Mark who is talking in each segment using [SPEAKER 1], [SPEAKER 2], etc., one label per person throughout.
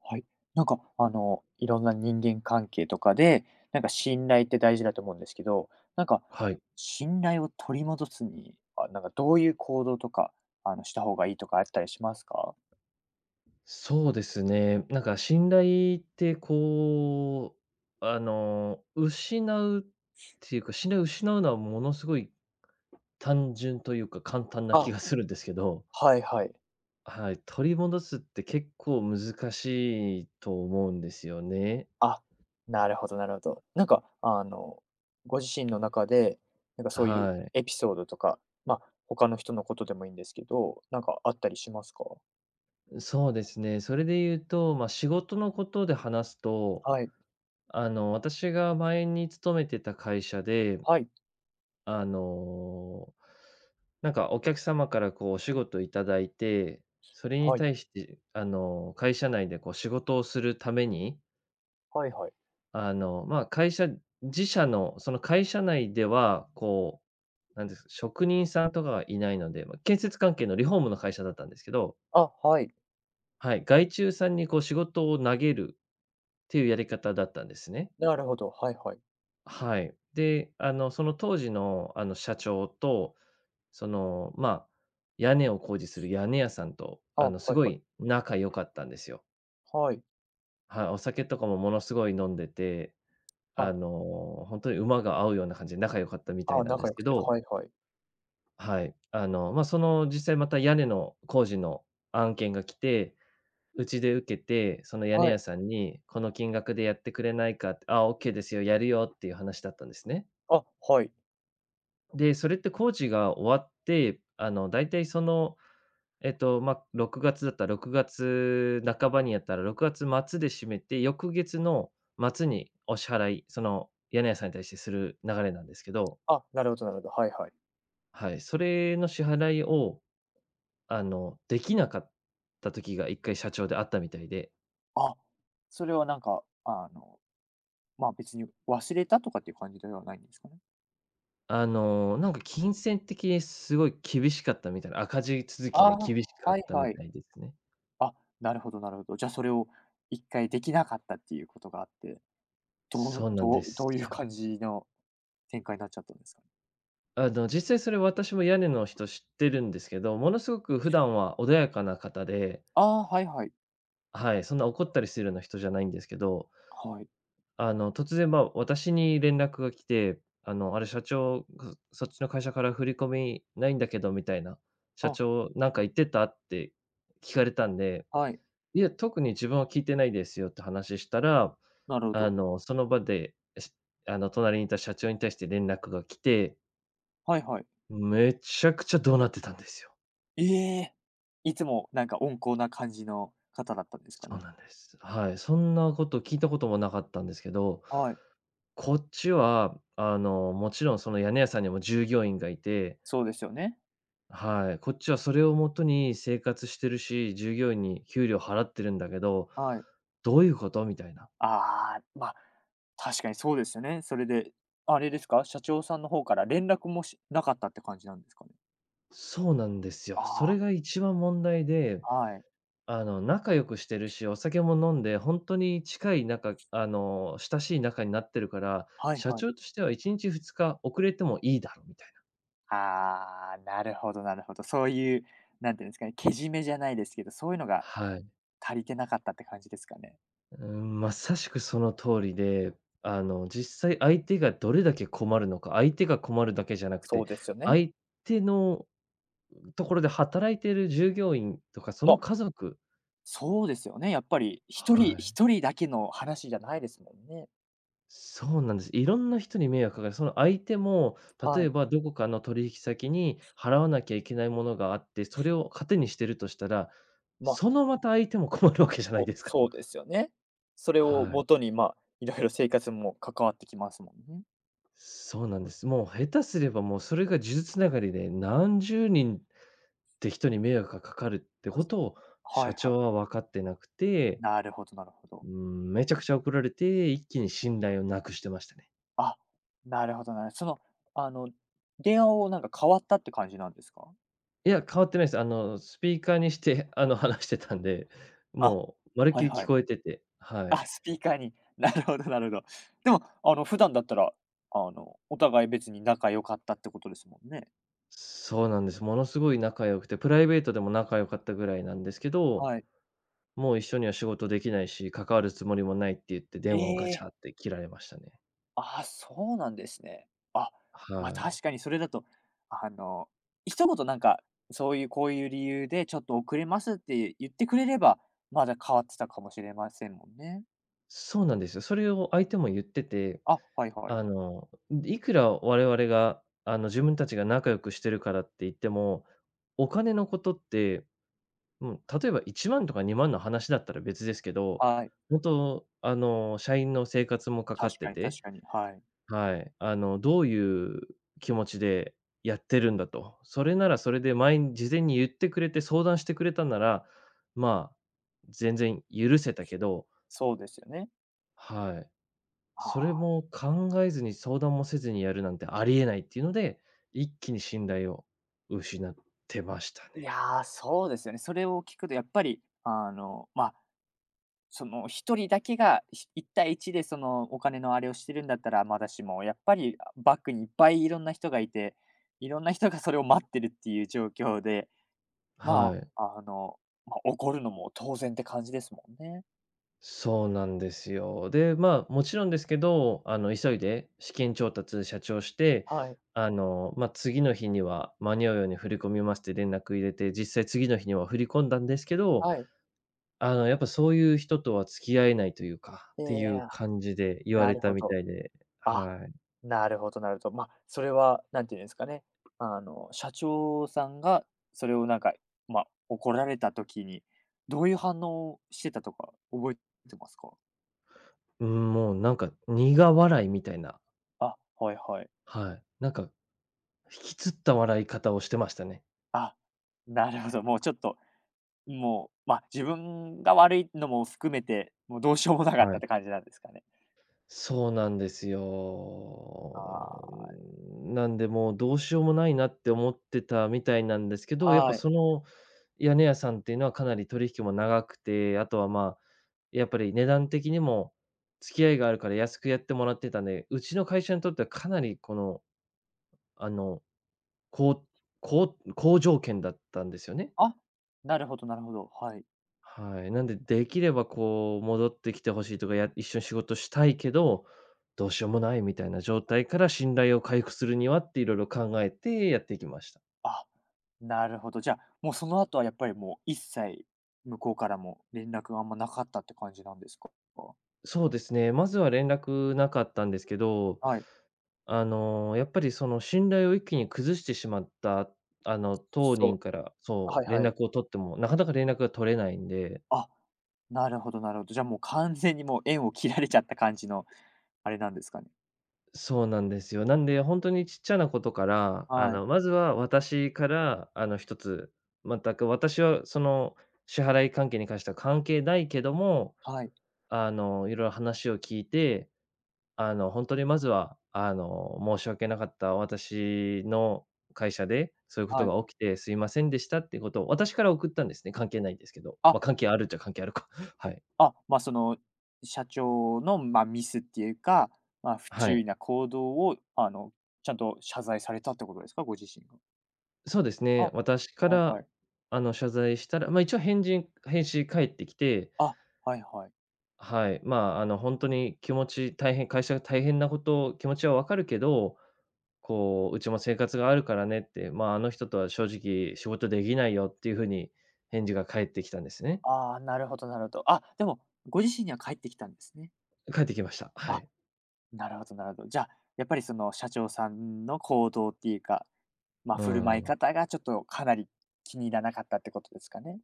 [SPEAKER 1] はい。なんか、いろんな人間関係とかで、なんか信頼って大事だと思うんですけど、なんか、
[SPEAKER 2] はい、
[SPEAKER 1] 信頼を取り戻すには、なんかどういう行動とか、した方がいいとかあったりしますか？
[SPEAKER 2] そうですね。信頼って失うっていうか、信頼を失うのはものすごい単純というか簡単な気が
[SPEAKER 1] あ、
[SPEAKER 2] するんですけど、
[SPEAKER 1] はいはい。
[SPEAKER 2] はい、取り戻すって結構難しいと思うんですよね。
[SPEAKER 1] あ、なるほどなるほど。なんか、ご自身の中で、なんかそういう
[SPEAKER 2] は
[SPEAKER 1] エピソードとか、まあ、他の人のことでもいいんですけど、なんかあったりしますか？
[SPEAKER 2] い。そうですね。それで言うと、まあ、仕事のことで話すと、
[SPEAKER 1] はい。
[SPEAKER 2] あの、私が前に勤めてた会社で
[SPEAKER 1] はい。
[SPEAKER 2] あの、なんかお客様からこうお仕事いただいて、それに
[SPEAKER 1] はい。
[SPEAKER 2] 対して、あの、会社内でこう仕事をするために、
[SPEAKER 1] はいはい。
[SPEAKER 2] あの、まあ、会社自社の、その会社内では、こう、なんですか、職人さんとかがいないので、まあ、建設関係のリフォームの会社だったんですけど、
[SPEAKER 1] あ、はい。
[SPEAKER 2] はい、外注さんにこう仕事を投げるっていうやり方だったんですね。
[SPEAKER 1] なるほど。はいはい。
[SPEAKER 2] はい。で、あの、その当時のあの社長とその、まあ、屋根を工事する屋根屋さんと、
[SPEAKER 1] あ、
[SPEAKER 2] あ
[SPEAKER 1] は
[SPEAKER 2] の、す
[SPEAKER 1] い
[SPEAKER 2] ご
[SPEAKER 1] はい。
[SPEAKER 2] い仲良かったんですよ。
[SPEAKER 1] はい。
[SPEAKER 2] はい、お酒とかもものすごい飲んでて、
[SPEAKER 1] あ、
[SPEAKER 2] あの、本当に馬が合うような感じで仲良かったみた
[SPEAKER 1] あ
[SPEAKER 2] い
[SPEAKER 1] あ
[SPEAKER 2] なんで
[SPEAKER 1] 仲
[SPEAKER 2] す
[SPEAKER 1] 良
[SPEAKER 2] け
[SPEAKER 1] くて、
[SPEAKER 2] ど、
[SPEAKER 1] はいはい。
[SPEAKER 2] はい。その実際また屋根の工事の案件が来て、うちで受けて、その屋根
[SPEAKER 1] は
[SPEAKER 2] 屋
[SPEAKER 1] い。
[SPEAKER 2] さんにこの金額でやってくれないかって、ああ、オッケーですよ、やるよっていう話だったんですね。
[SPEAKER 1] あ、はい。
[SPEAKER 2] で、それって工事が終わって、あの、だいたいその、まあ、6月だったら6月半ばにやったら6月末で閉めて、翌月の末にお支払い、その屋根屋さんに対してする流れなんですけど、
[SPEAKER 1] あ、なるほどなるほど。はいはい。
[SPEAKER 2] はい、それの支払いを、できなかった時が一回社長であったみたいで、
[SPEAKER 1] あ、それはなんか、ま、別に忘れたとかっていう感じではないんですかね？
[SPEAKER 2] なんか金銭的にすごい厳しかったみたいな、赤字続き
[SPEAKER 1] あ
[SPEAKER 2] で
[SPEAKER 1] あ、
[SPEAKER 2] 厳しか
[SPEAKER 1] は
[SPEAKER 2] っ
[SPEAKER 1] い
[SPEAKER 2] たみ
[SPEAKER 1] は
[SPEAKER 2] た
[SPEAKER 1] い。
[SPEAKER 2] いですね。
[SPEAKER 1] あ、なるほどなるほど。じゃ、あそれを一回できなかったっていうことがあって、どう
[SPEAKER 2] そうなん
[SPEAKER 1] ど
[SPEAKER 2] で
[SPEAKER 1] う
[SPEAKER 2] す
[SPEAKER 1] どういう
[SPEAKER 2] よ。
[SPEAKER 1] 感じの展開になっちゃったんですかね？
[SPEAKER 2] あの、実際それ私も屋根の人知ってるんですけど、ものすごく普段は穏やかな方で、
[SPEAKER 1] ああー、はいはい。
[SPEAKER 2] はい、そんな怒ったりするような人じゃないんですけど、
[SPEAKER 1] はい。
[SPEAKER 2] あの、突然、まあ、私に連絡が来て、あの、あれ社長、そっちの会社から振り込みないんだけどみたいな、社
[SPEAKER 1] あ、
[SPEAKER 2] 長なんか言ってた？って聞かれたんで、
[SPEAKER 1] はい。
[SPEAKER 2] いや、特に自分は聞いてないですよって話したら、
[SPEAKER 1] なるほ
[SPEAKER 2] あ
[SPEAKER 1] ど。
[SPEAKER 2] の、その場で、しあの、隣にいた社長に対して連絡が来て、
[SPEAKER 1] はいはい。
[SPEAKER 2] めちゃくちゃ怒鳴ってたんですよ。
[SPEAKER 1] ええ！いつもなんか温厚な感じの方だったんですか
[SPEAKER 2] そう
[SPEAKER 1] ね？
[SPEAKER 2] なんです。はい、そんなこと聞いたこともなかったんですけど、
[SPEAKER 1] はい。
[SPEAKER 2] こっちは、あの、もちろんその屋根屋さんにも従業員がいて、
[SPEAKER 1] そうですよね。
[SPEAKER 2] はい、こっちはそれをもとに生活してるし、従業員に給料払ってるんだけど、
[SPEAKER 1] はい。
[SPEAKER 2] どういうことみたいな。
[SPEAKER 1] ああ、ま、あ確かにそうですよね。それで、あれですか、社長さんの方から連絡もしなかったって感じなんですかね？
[SPEAKER 2] そうなんですよ。そ
[SPEAKER 1] あ
[SPEAKER 2] れが一番問題で、
[SPEAKER 1] あ、はい。
[SPEAKER 2] あの、仲良くしてるし、お酒も飲んで、本当に近い仲あの、親しい仲になってるから、
[SPEAKER 1] はい
[SPEAKER 2] 社
[SPEAKER 1] はい。
[SPEAKER 2] 長としては1日2日遅れてもいいだろうみたいな。
[SPEAKER 1] ああ、なるほどなるほど。そういう、なんていうんですかね、けじめじゃないですけど、そういうのが
[SPEAKER 2] はい。
[SPEAKER 1] 足りてなかったって感じですかね？
[SPEAKER 2] うん、まさしくその通りで、あの、実際相手がどれだけ困るのか、相手が困るだけじゃなく
[SPEAKER 1] そ
[SPEAKER 2] て、
[SPEAKER 1] うですよね。
[SPEAKER 2] 相手のところで働いている従業員とか、そ
[SPEAKER 1] ま、
[SPEAKER 2] の
[SPEAKER 1] あ
[SPEAKER 2] 家族。
[SPEAKER 1] そうですよね、やっぱり一人
[SPEAKER 2] はい。
[SPEAKER 1] 一人だけの話じゃないですもんね。
[SPEAKER 2] そうなんです。いろんな人に迷惑かかる。その相手も、
[SPEAKER 1] は
[SPEAKER 2] 例え
[SPEAKER 1] い。
[SPEAKER 2] ばどこかの取引先に払わなきゃいけないものがあって、それを糧にしてるとしたら、
[SPEAKER 1] まあ
[SPEAKER 2] そのまた相手も困るわけじゃない
[SPEAKER 1] お、
[SPEAKER 2] ですか。
[SPEAKER 1] そうですよね。それを
[SPEAKER 2] はい。
[SPEAKER 1] もとに、まあ、いろいろ生活も関わってきますもんね。
[SPEAKER 2] そうなんです。もう下手すればもうそれが数つながりで何十人て人に迷惑がかかるって
[SPEAKER 1] うん、
[SPEAKER 2] ことを
[SPEAKER 1] は
[SPEAKER 2] 社
[SPEAKER 1] いはい。
[SPEAKER 2] 長は分かってなくて、
[SPEAKER 1] なるほどなるほ
[SPEAKER 2] うー
[SPEAKER 1] ど。
[SPEAKER 2] ん、めちゃくちゃ怒られて、一気に信頼をなくしてましたね。
[SPEAKER 1] あ、なるほどなるほど、その、あの、電話をなんか変わったって感じなんですか？
[SPEAKER 2] いや、変わってないです。あの、スピーカーにして、あの、話してたんで、
[SPEAKER 1] あ、
[SPEAKER 2] もうまるっ
[SPEAKER 1] は
[SPEAKER 2] き
[SPEAKER 1] い
[SPEAKER 2] り
[SPEAKER 1] は
[SPEAKER 2] 聞
[SPEAKER 1] い。
[SPEAKER 2] こえてて、は
[SPEAKER 1] あ、
[SPEAKER 2] い。
[SPEAKER 1] スピーカーに。なるほどなるほど。でも、普段だったら、お互い別に仲良かったってことですもんね。
[SPEAKER 2] そうなんです。ものすごい仲良くて、プライベートでも仲良かったぐらいなんですけど、
[SPEAKER 1] はい。
[SPEAKER 2] もう一緒には仕事できないし、関わるつもりもないって言って
[SPEAKER 1] え
[SPEAKER 2] 電話をガチャ
[SPEAKER 1] え。
[SPEAKER 2] って切られましたね。
[SPEAKER 1] あ、そうなんですね。あ、ま、あ
[SPEAKER 2] は
[SPEAKER 1] 確
[SPEAKER 2] い。
[SPEAKER 1] かにそれだと、あの、一言なんか、そういうこういう理由でちょっと遅れますって言ってくれれば、まだ変わってたかもしれませんもんね。
[SPEAKER 2] そうなんですよ。それを相手も言ってて、
[SPEAKER 1] あ、はいはい。
[SPEAKER 2] あの、いくら我々が、あの、自分たちが仲良くしてるからって言っても、お金のことって、うん、例えば1万とか2万の話だったら別ですけど、
[SPEAKER 1] はい。
[SPEAKER 2] もっと、あの、社員の生活もかかっ
[SPEAKER 1] 確
[SPEAKER 2] て
[SPEAKER 1] かに確
[SPEAKER 2] て、
[SPEAKER 1] かに、はい。
[SPEAKER 2] はい、あの、どういう気持ちでやってるんだと。それならそれで前に事前に言ってくれて相談してくれたなら、まあ、全然許せたけど、
[SPEAKER 1] そうですよね。
[SPEAKER 2] はい。
[SPEAKER 1] は
[SPEAKER 2] それ
[SPEAKER 1] あ。
[SPEAKER 2] も考えずに相談もせずにやるなんてありえないっていうので、一気に信頼を失ってましたね。
[SPEAKER 1] いやー、そうですよね。それを聞くとやっぱり、ま、あその一人だけが、一対一でそのお金のあれをしてるんだったらまだしも、やっぱり、あ、バックにいっぱいいろんな人がいて、いろんな人がそれを待ってるっていう状況で、ま
[SPEAKER 2] はい。
[SPEAKER 1] あ、ま、怒るのも当然って感じですもんね。
[SPEAKER 2] そうなんですよ。で、まあ、もちろんですけど、あの、急いで資金調達社長して、
[SPEAKER 1] はい、
[SPEAKER 2] あの、まあ、次の日には間に合うように振り込みますって連絡入れて、実際次の日には振り込んだんですけど、
[SPEAKER 1] はい。
[SPEAKER 2] あの、やっぱそういう人とは付き合えないというか、っ
[SPEAKER 1] い
[SPEAKER 2] ていう
[SPEAKER 1] や、
[SPEAKER 2] 感じで言わ
[SPEAKER 1] な
[SPEAKER 2] れ
[SPEAKER 1] る
[SPEAKER 2] た
[SPEAKER 1] ほ
[SPEAKER 2] み
[SPEAKER 1] ど。
[SPEAKER 2] たいで、
[SPEAKER 1] あ、
[SPEAKER 2] はい。
[SPEAKER 1] なるほどなるほど。ま、それは何て言うんですかね、社長さんがそれをなんか、ま、怒られた時に、どういう反応をしてたとか覚えてますか？
[SPEAKER 2] うん、もうなんか苦笑いみたいな。
[SPEAKER 1] あ、はいはい。
[SPEAKER 2] はい。なんか、引きつった笑い方をしてましたね。
[SPEAKER 1] あ、なるほど。もうちょっと、もう、まあ、自分が悪いのも含めて、もうどうしようもなかっ
[SPEAKER 2] は
[SPEAKER 1] たっ
[SPEAKER 2] い。
[SPEAKER 1] て感じなんですかね。
[SPEAKER 2] そうなんですよ。
[SPEAKER 1] あ
[SPEAKER 2] なんで、もうどうしようもないなって思ってたみたいなんですけど、
[SPEAKER 1] あ、
[SPEAKER 2] やっぱ
[SPEAKER 1] はい。
[SPEAKER 2] その屋根屋さんっていうのはかなり取引も長くて、あとは、まあ、やっぱり値段的にも付き合いがあるから安くやってもらってたんで、うちの会社にとってはかなりこの、あの、こう好条件だったんですよね。
[SPEAKER 1] あ、なるほどなるほど。はい。
[SPEAKER 2] はい。なんで、できればこう戻ってきてほしいとか、や一緒に仕事したいけど、どうしようもないみたいな状態から信頼を回復するにはっていろいろ考えてやっていきました。
[SPEAKER 1] あ、なるほど。じゃあ、もうその後はやっぱりもう一切、向こうからも連絡があんまなかったって感じなんですか？
[SPEAKER 2] そうですね、まずは連絡なかったんですけど、
[SPEAKER 1] はい。
[SPEAKER 2] あの、やっぱりその信頼を一気に崩してしまった、あの、当
[SPEAKER 1] そう。
[SPEAKER 2] 人から、そ
[SPEAKER 1] はい
[SPEAKER 2] う、連
[SPEAKER 1] はい。
[SPEAKER 2] 絡を取っても、なかなか連絡が取れないんで。
[SPEAKER 1] あ、なるほどなるほど。じゃあもう完全にもう縁を切られちゃった感じのあれなんですかね。
[SPEAKER 2] そうなんですよ。なんで、本当にちっちゃなことから、あ
[SPEAKER 1] はい、
[SPEAKER 2] の、まずは私から、あの、一つ、全く私はその、支払い関係に関しては関係ないけども、
[SPEAKER 1] はい、
[SPEAKER 2] あの、いろいろ話を聞いて、あの、本当にまずは、あの、申し訳なかった、私の会社でそういうこ
[SPEAKER 1] は
[SPEAKER 2] と
[SPEAKER 1] い。
[SPEAKER 2] が起きてすいませんでしたっていうことを私から送ったんですね、関係ないんですけど。
[SPEAKER 1] あ
[SPEAKER 2] まあ、関係あるっちゃ関係あるか。はい。
[SPEAKER 1] あ、ま、その、社長の、まあ、ミスっていうか、まあ、不
[SPEAKER 2] は
[SPEAKER 1] 注
[SPEAKER 2] い。
[SPEAKER 1] 意な行動を、ちゃんと謝罪されたってことですか？ご自身が。
[SPEAKER 2] そうです
[SPEAKER 1] あ、
[SPEAKER 2] ね。私か
[SPEAKER 1] はいは
[SPEAKER 2] ら、
[SPEAKER 1] い。
[SPEAKER 2] あの、謝罪したら、まあ、一応返事返ってきて、
[SPEAKER 1] あ、はいはい。
[SPEAKER 2] はい、まあ、あの、本当に気持ち大変会社が大変なこと、気持ちはわかるけど、こう、うちも生活があるからねって、まあ、あの人とは正直仕事できないよっていうふうに返事が返ってきたんですね。
[SPEAKER 1] ああ、なるほどなるほど。あ、でも、ご自身には返ってきたんですね。
[SPEAKER 2] 返ってきました。は
[SPEAKER 1] あ、
[SPEAKER 2] い。
[SPEAKER 1] なるほどなるほど。じゃあ、やっぱりその社長さんの行動っていうか、まあ、
[SPEAKER 2] う
[SPEAKER 1] 振る舞い
[SPEAKER 2] ん。
[SPEAKER 1] 方がちょっとかなり気に入らなかったってことですかね？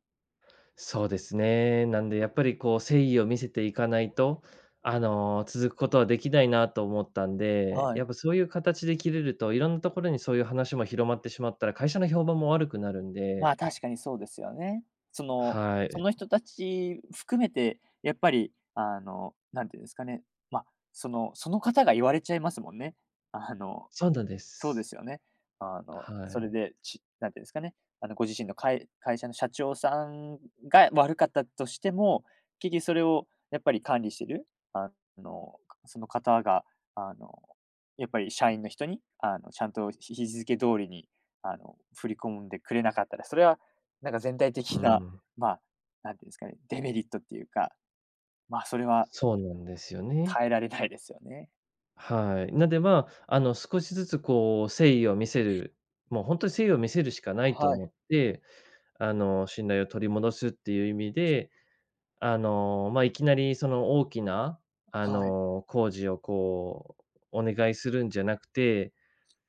[SPEAKER 2] そうですね。なんでやっぱりこう、誠意を見せていかないと、続くことはできないなと思ったんで、
[SPEAKER 1] は
[SPEAKER 2] やっ
[SPEAKER 1] い。
[SPEAKER 2] ぱそういう形で切れると、いろんなところにそういう話も広まってしまったら、会社の評判も悪くなるん
[SPEAKER 1] ま
[SPEAKER 2] で。
[SPEAKER 1] あ、確かにそうですよね。その、
[SPEAKER 2] は
[SPEAKER 1] そ
[SPEAKER 2] い。
[SPEAKER 1] の人たち含めて、やっぱり、なんていうんですかね、ま、あその方が言われちゃいますもんね。あの
[SPEAKER 2] そうなんで
[SPEAKER 1] そうで
[SPEAKER 2] す。
[SPEAKER 1] すよね。
[SPEAKER 2] は
[SPEAKER 1] それ
[SPEAKER 2] い。
[SPEAKER 1] で、なんていうんですかね、ご自身の会社の社長さんが悪かったとしても、結局それをやっぱり管理してる、あの、その方が、あの、やっぱり社員の人に、ちゃんと日付通りに、振り込んでくれなかったら、それはなんか全体
[SPEAKER 2] う
[SPEAKER 1] 的な、
[SPEAKER 2] ん。
[SPEAKER 1] まあ、なんていうんですかね、デメリットっていうか、まあ、それは
[SPEAKER 2] そうなんですよね。
[SPEAKER 1] 耐えられないですよね。
[SPEAKER 2] はい。なんで、まあ、少しずつこう、誠意を見せる、もう本当に誠意を見せるしかないと
[SPEAKER 1] はい、
[SPEAKER 2] 思って、信頼を取り戻すっていう意味で、まあ、いきなりその大きな、
[SPEAKER 1] はい、
[SPEAKER 2] 工事をこう、お願いするんじゃなくて、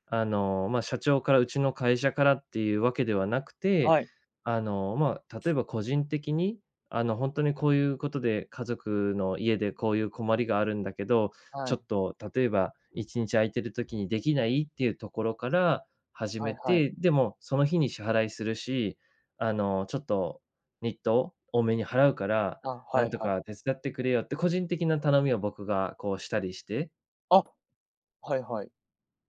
[SPEAKER 2] まあ、社長から、うちの会社からっていうわけではなくて、
[SPEAKER 1] はい、
[SPEAKER 2] まあ、例えば個人的に、本当にこういうことで、家族の家でこういう困りがあるんだけど、ち
[SPEAKER 1] は
[SPEAKER 2] ょ
[SPEAKER 1] い、
[SPEAKER 2] っと例えば1日空いてる時にできない？っていうところから始
[SPEAKER 1] は
[SPEAKER 2] め
[SPEAKER 1] いはい。
[SPEAKER 2] て、でもその日に支払いするし、ちょっと日当多めに払うから、
[SPEAKER 1] あ、
[SPEAKER 2] な
[SPEAKER 1] は
[SPEAKER 2] ん
[SPEAKER 1] い
[SPEAKER 2] と
[SPEAKER 1] はい。
[SPEAKER 2] か手伝ってくれよって個人的な頼みを僕がこうしたりして。
[SPEAKER 1] あ、はいはい。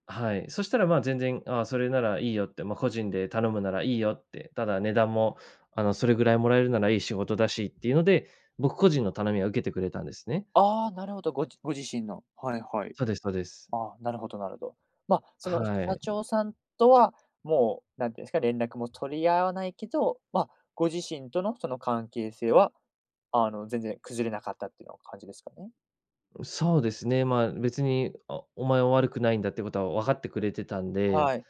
[SPEAKER 2] はい。そしたら、まあ、全然、ああ、それならいいよって、まあ、個人で頼むならいいよって、ただ値段も、それぐらいもらえるならいい仕事だしっていうので、僕個人の頼みは受けてくれたんですね。
[SPEAKER 1] ああ、なるほど、ご自身の。はいはい。
[SPEAKER 2] そうですそうです。
[SPEAKER 1] ああ、なるほどなるほど。ま、その社
[SPEAKER 2] はい。
[SPEAKER 1] 長さんとは、もう、なんていうんですか、連絡も取り合わないけど、ま、ご自身とのその関係性は、全然崩れなかったっていうような感じですかね？
[SPEAKER 2] そうですね、まあ、別に、あ、お前は悪くないんだってことは分かってくれてたんで。
[SPEAKER 1] はい、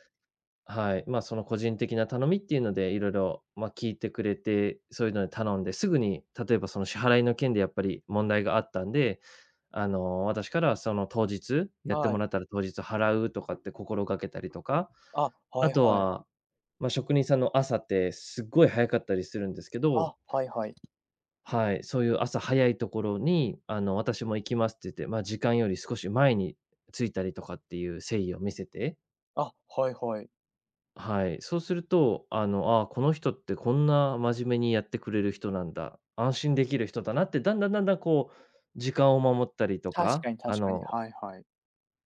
[SPEAKER 2] はい、まあ、その個人的な頼みっていうので、いろいろまあ、聞いてくれて、そういうので頼んで、すぐに例えばその支払いの件でやっぱり問題があったんで、私からはその当日、やって
[SPEAKER 1] は
[SPEAKER 2] も
[SPEAKER 1] い。
[SPEAKER 2] らったら当日払うとかって心がけたりとか、
[SPEAKER 1] あ、は
[SPEAKER 2] あ
[SPEAKER 1] い
[SPEAKER 2] と
[SPEAKER 1] はい。
[SPEAKER 2] は、まあ、職人さんの朝ってすっごい早かったりするんですけど、
[SPEAKER 1] あ、はいはい。
[SPEAKER 2] はい、そういう朝早いところに、私も行きますって言って、まあ、時間より少し前に着いたりとかっていう誠意を見せて。
[SPEAKER 1] あ、はいはい。
[SPEAKER 2] はい、そうすると、ああ、この人ってこんな真面目にやってくれる人なんだ、安心できる人だなって、だんだんだんだんこう、時間を守ったりと
[SPEAKER 1] 確
[SPEAKER 2] か、
[SPEAKER 1] かに確かに。はいはい。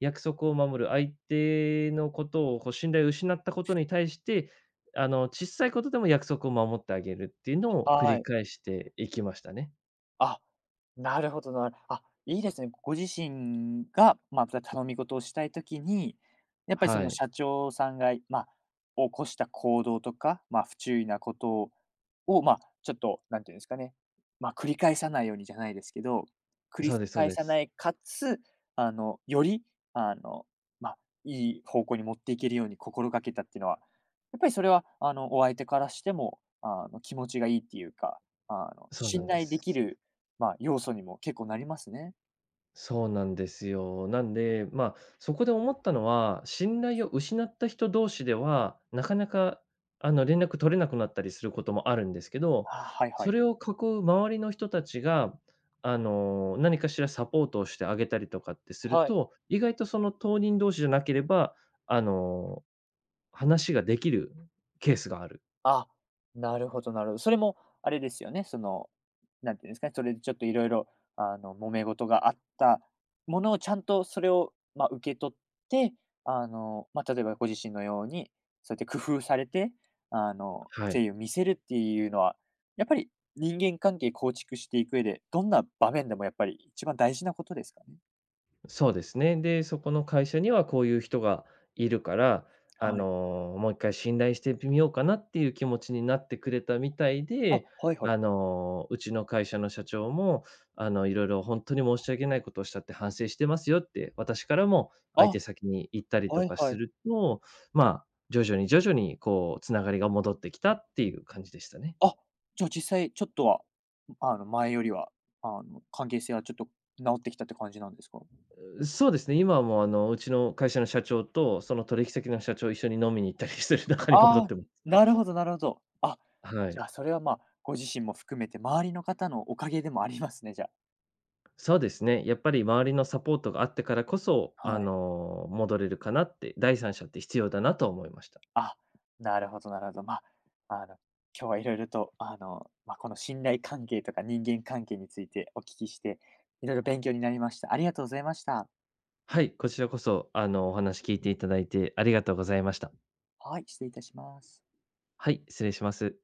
[SPEAKER 2] 約束を守る、相手のことをこう信頼を失ったことに対して、小さいことでも約束を守ってあげるっていうのを繰
[SPEAKER 1] は
[SPEAKER 2] り
[SPEAKER 1] い。
[SPEAKER 2] 返していきましたね。
[SPEAKER 1] あ、なるほど。あ、いいですね。ご自身が、まあ、頼み事をしたいときに、やっぱりそ
[SPEAKER 2] は
[SPEAKER 1] の
[SPEAKER 2] い。
[SPEAKER 1] 社長さんが、まあ、起こした行動とか、まあ、不注意なことを、まあ、ちょっとなんていうんですかね、まあ、繰り返さないようにじゃないですけど、繰
[SPEAKER 2] そ
[SPEAKER 1] り
[SPEAKER 2] うですそう
[SPEAKER 1] 返
[SPEAKER 2] で
[SPEAKER 1] さ
[SPEAKER 2] す。
[SPEAKER 1] ないかつ、より、あの、まあ、いい方向に持っていけるように心がけたっていうのは、やっぱりそれは、お相手からしても、気持ちがいいっていうか、
[SPEAKER 2] そうな
[SPEAKER 1] 信
[SPEAKER 2] んで
[SPEAKER 1] 頼でき
[SPEAKER 2] す。
[SPEAKER 1] るまあ、要素にも結構なりますね。
[SPEAKER 2] そうなんですよ。なんで、まあ、そこで思ったのは、信頼を失った人同士では、なかなか、連絡取れなくなったりすることもあるんですけど、
[SPEAKER 1] あはいは
[SPEAKER 2] そ
[SPEAKER 1] い。
[SPEAKER 2] れを囲う周りの人たちが、何かしらサポートをしてあげたりとかってする
[SPEAKER 1] はい。
[SPEAKER 2] と、意外とその当人同士じゃなければ、あの、話ができるケースがある。
[SPEAKER 1] あ、なるほどなるほど。それもあれですよね、その、なんていうんですかね、それでちょっといろいろ、揉め事があったものをちゃんとそれを、まあ、受け取って、まあ、例えばご自身のように、そうやって工夫されて、
[SPEAKER 2] は
[SPEAKER 1] 誠
[SPEAKER 2] い。
[SPEAKER 1] 意を見せるっていうのは、やっぱり人間関係構築していく上で、どんな場面でもやっぱり一番大事なことですかね？
[SPEAKER 2] そうですね。で、そこの会社にはこういう人がいるから、
[SPEAKER 1] はい。
[SPEAKER 2] もう一回信頼してみようかなっていう気持ちになってくれたみたい
[SPEAKER 1] あ、
[SPEAKER 2] で、
[SPEAKER 1] はいはい。
[SPEAKER 2] うちの会社の社長も、いろいろ本当に申し訳ないことをしたって反省してますよって、私からも相
[SPEAKER 1] あ、
[SPEAKER 2] 手先に言ったりと
[SPEAKER 1] はい
[SPEAKER 2] か
[SPEAKER 1] は
[SPEAKER 2] す
[SPEAKER 1] い。
[SPEAKER 2] ると、まあ、徐々に徐々にこう繋がりが戻ってきたっていう感じでしたね。
[SPEAKER 1] あ、じゃあ実際ちょっとは、前よりは、関係性はちょっと直ってきたって感じなんですか？
[SPEAKER 2] そうですね、今はもうあの、うちの会社の社長とその取引先の社長一緒に飲みに行ったりしてる中に戻っ
[SPEAKER 1] ああ、
[SPEAKER 2] て。
[SPEAKER 1] なるほどなるほど。あ、
[SPEAKER 2] は
[SPEAKER 1] じ
[SPEAKER 2] い。
[SPEAKER 1] ゃあそれは、ま、あご自身も含めて周りの方のおかげでもありますね、じゃ
[SPEAKER 2] そうですね。やっぱり周りのサポートがあってからこそ、
[SPEAKER 1] あ。はい。
[SPEAKER 2] 戻れるかなって、第三者って必要だなと思いました。
[SPEAKER 1] あ、なるほどなるほど。まあ、あの、今日はいろいろと、まあ、この信頼関係とか人間関係についてお聞きして、いろいろ勉強になりました。ありがとうございました。
[SPEAKER 2] はい、こちらこそ、お話聞いていただいてありがとうございました。
[SPEAKER 1] はい、失礼いたします。
[SPEAKER 2] はい、失礼します。